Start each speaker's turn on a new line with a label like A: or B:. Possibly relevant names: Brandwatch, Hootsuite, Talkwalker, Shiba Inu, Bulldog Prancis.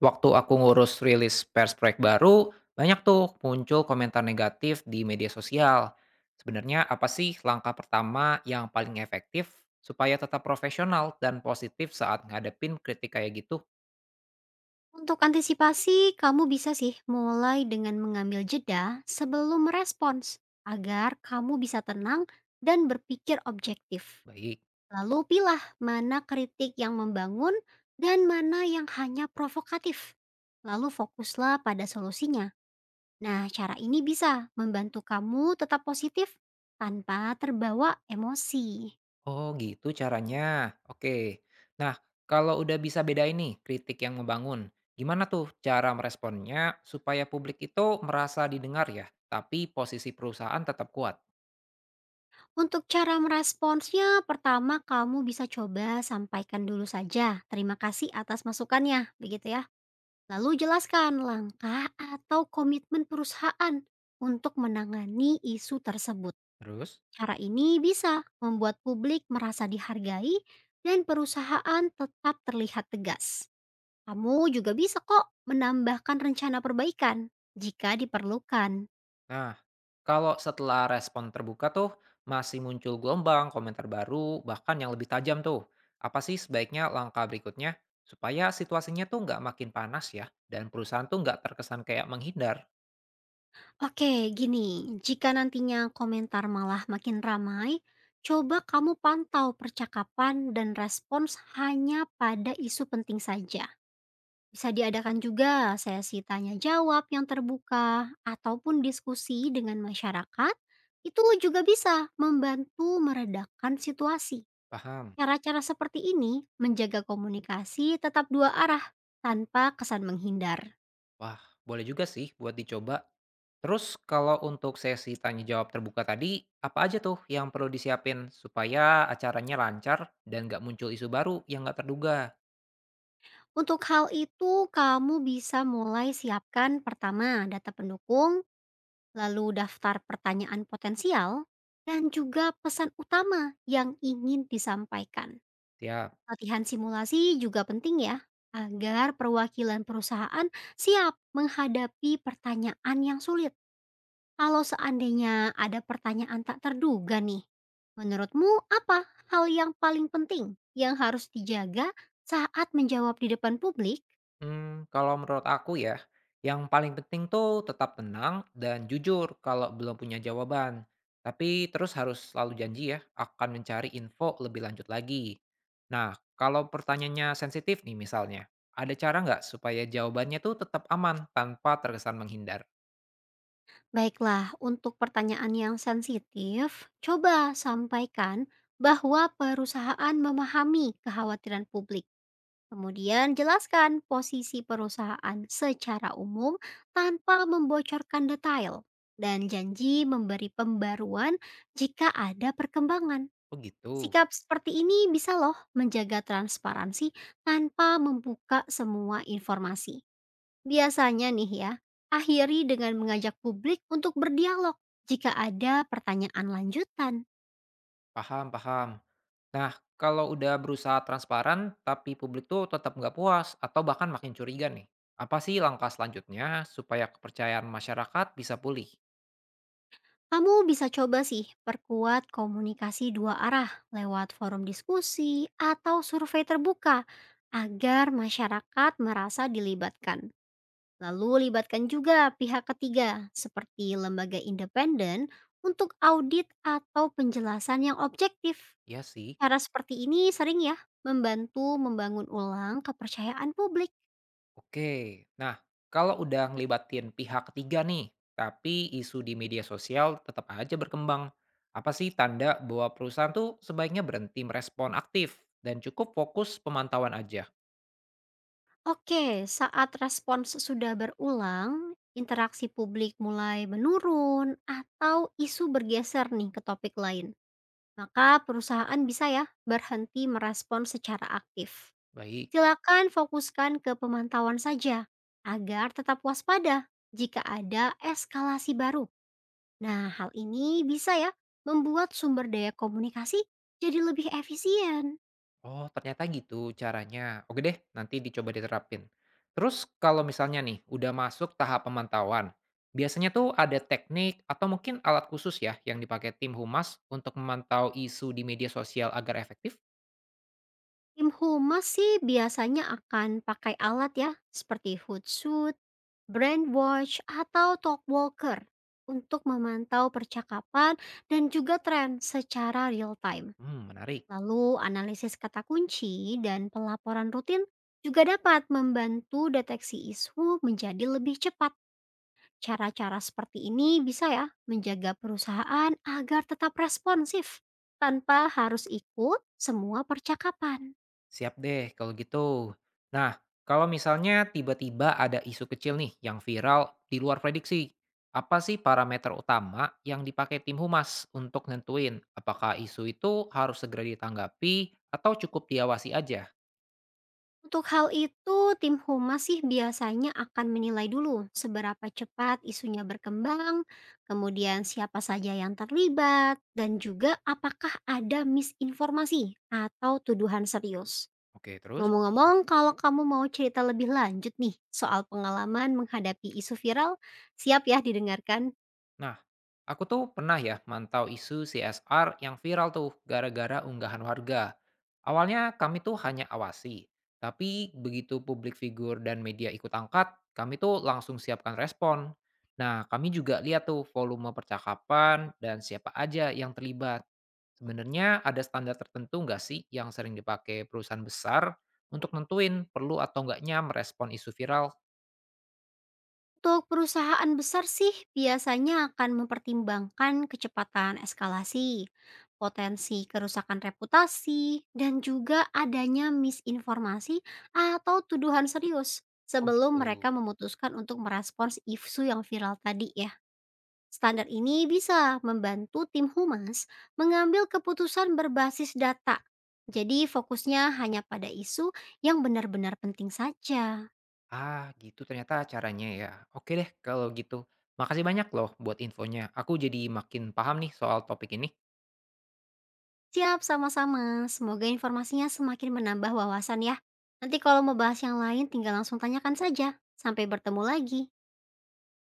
A: Waktu aku ngurus rilis pers proyek baru, banyak tuh muncul komentar negatif di media sosial. Sebenarnya apa sih langkah pertama yang paling efektif supaya tetap profesional dan positif saat ngadepin kritik kayak gitu?
B: Untuk antisipasi, kamu bisa sih mulai dengan mengambil jeda sebelum merespons agar kamu bisa tenang dan berpikir objektif.
A: Baik.
B: Lalu pilah mana kritik yang membangun dan mana yang hanya provokatif. Lalu fokuslah pada solusinya. Nah, cara ini bisa membantu kamu tetap positif tanpa terbawa emosi.
A: Oh gitu caranya. Oke. Nah, kalau udah bisa bedain nih kritik yang membangun, gimana tuh cara meresponnya supaya publik itu merasa didengar ya, tapi posisi perusahaan tetap kuat?
B: Untuk cara meresponsnya, pertama kamu bisa coba sampaikan dulu saja. Terima kasih atas masukannya, begitu ya. Lalu jelaskan langkah atau komitmen perusahaan untuk menangani isu tersebut.
A: Terus?
B: Cara ini bisa membuat publik merasa dihargai dan perusahaan tetap terlihat tegas. Kamu juga bisa kok menambahkan rencana perbaikan jika diperlukan.
A: Nah, kalau setelah respon terbuka tuh masih muncul gelombang, komentar baru, bahkan yang lebih tajam tuh, apa sih sebaiknya langkah berikutnya supaya situasinya tuh nggak makin panas ya dan perusahaan tuh nggak terkesan kayak menghindar?
B: Oke, gini, jika nantinya komentar malah makin ramai, coba kamu pantau percakapan dan respons hanya pada isu penting saja. Bisa diadakan juga sesi tanya jawab yang terbuka ataupun diskusi dengan masyarakat. Itu juga bisa membantu meredakan situasi.
A: Paham?
B: Cara-cara seperti ini menjaga komunikasi tetap dua arah tanpa kesan menghindar.
A: Wah, boleh juga sih buat dicoba. Terus kalau untuk sesi tanya jawab terbuka tadi, apa aja tuh yang perlu disiapin supaya acaranya lancar dan nggak muncul isu baru yang nggak terduga?
B: Untuk hal itu, kamu bisa mulai siapkan pertama data pendukung, lalu daftar pertanyaan potensial, dan juga pesan utama yang ingin disampaikan.
A: Siap.
B: Latihan simulasi juga penting ya, agar perwakilan perusahaan siap menghadapi pertanyaan yang sulit. Kalau seandainya ada pertanyaan tak terduga nih, menurutmu apa hal yang paling penting yang harus dijaga saat menjawab di depan publik?
A: Kalau menurut aku ya, yang paling penting tuh tetap tenang dan jujur kalau belum punya jawaban. Tapi terus harus selalu janji ya, akan mencari info lebih lanjut lagi. Nah, kalau pertanyaannya sensitif nih misalnya, ada cara nggak supaya jawabannya tuh tetap aman tanpa terkesan menghindar?
B: Baiklah, untuk pertanyaan yang sensitif, coba sampaikan bahwa perusahaan memahami kekhawatiran publik. Kemudian jelaskan posisi perusahaan secara umum tanpa membocorkan detail dan janji memberi pembaruan jika ada perkembangan.
A: Oh gitu,
B: Sikap seperti ini bisa loh menjaga transparansi tanpa membuka semua informasi. Biasanya nih ya, akhiri dengan mengajak publik untuk berdialog. Jika ada pertanyaan lanjutan,
A: paham paham. Nah, kalau udah berusaha transparan, tapi publik tuh tetap nggak puas atau bahkan makin curiga nih. Apa sih langkah selanjutnya supaya kepercayaan masyarakat bisa pulih?
B: kamu bisa coba sih perkuat komunikasi dua arah lewat forum diskusi atau survei terbuka agar masyarakat merasa dilibatkan. Lalu libatkan juga pihak ketiga seperti lembaga independen untuk audit atau penjelasan yang objektif.
A: Iya sih.
B: Cara seperti ini sering ya membantu membangun ulang kepercayaan publik.
A: Oke, nah kalau udah ngelibatin pihak ketiga nih, tapi isu di media sosial tetap aja berkembang. Apa sih tanda bahwa perusahaan tuh sebaiknya berhenti merespon aktif dan cukup fokus pemantauan aja?
B: Oke, saat respons sudah berulang, interaksi publik mulai menurun atau isu bergeser nih ke topik lain, maka perusahaan bisa ya berhenti merespon secara aktif.
A: Baik.
B: Silakan fokuskan ke pemantauan saja agar tetap waspada jika ada eskalasi baru. Nah, hal ini bisa ya membuat sumber daya komunikasi jadi lebih efisien.
A: Oh, ternyata gitu caranya. Oke deh, nanti dicoba diterapin. Terus kalau misalnya nih udah masuk tahap pemantauan, biasanya tuh ada teknik atau mungkin alat khusus ya yang dipakai tim humas untuk memantau isu di media sosial agar efektif?
B: Tim humas sih biasanya akan pakai alat ya, seperti Hootsuite, Brandwatch, atau Talkwalker untuk memantau percakapan dan juga tren secara real time.
A: Hmm, menarik.
B: Lalu analisis kata kunci dan pelaporan rutin juga dapat membantu deteksi isu menjadi lebih cepat. Cara-cara seperti ini bisa ya menjaga perusahaan agar tetap responsif tanpa harus ikut semua percakapan.
A: Siap deh kalau gitu. Nah, kalau misalnya tiba-tiba ada isu kecil nih yang viral di luar prediksi, apa sih parameter utama yang dipakai tim humas untuk nentuin apakah isu itu harus segera ditanggapi atau cukup diawasi aja?
B: Untuk hal itu, tim humas sih biasanya akan menilai dulu seberapa cepat isunya berkembang, kemudian siapa saja yang terlibat, dan juga apakah ada misinformasi atau tuduhan serius.
A: Oke, terus?
B: Ngomong-ngomong, kalau kamu mau cerita lebih lanjut nih soal pengalaman menghadapi isu viral, siap ya didengarkan.
A: Nah, aku tuh pernah ya mantau isu CSR yang viral tuh gara-gara unggahan warga. Awalnya kami tuh hanya awasi, tapi begitu publik figur dan media ikut angkat, kami tuh langsung siapkan respon. Nah, kami juga lihat tuh volume percakapan dan siapa aja yang terlibat. Sebenarnya ada standar tertentu nggak sih yang sering dipakai perusahaan besar untuk nentuin perlu atau nggaknya merespon isu viral?
B: Untuk perusahaan besar sih biasanya akan mempertimbangkan kecepatan eskalasi, potensi kerusakan reputasi, dan juga adanya misinformasi atau tuduhan serius
A: Oh
B: sebelum
A: gitu.
B: mereka memutuskan untuk merespons isu yang viral tadi ya. Standar ini bisa membantu tim humas mengambil keputusan berbasis data. Jadi fokusnya hanya pada isu yang benar-benar penting saja.
A: Ah, gitu ternyata caranya ya. Oke deh kalau gitu. Makasih banyak loh buat infonya. Aku jadi makin paham nih soal topik ini.
B: Siap, sama-sama. Semoga informasinya semakin menambah wawasan ya. Nanti kalau mau bahas yang lain tinggal langsung tanyakan saja. Sampai bertemu lagi.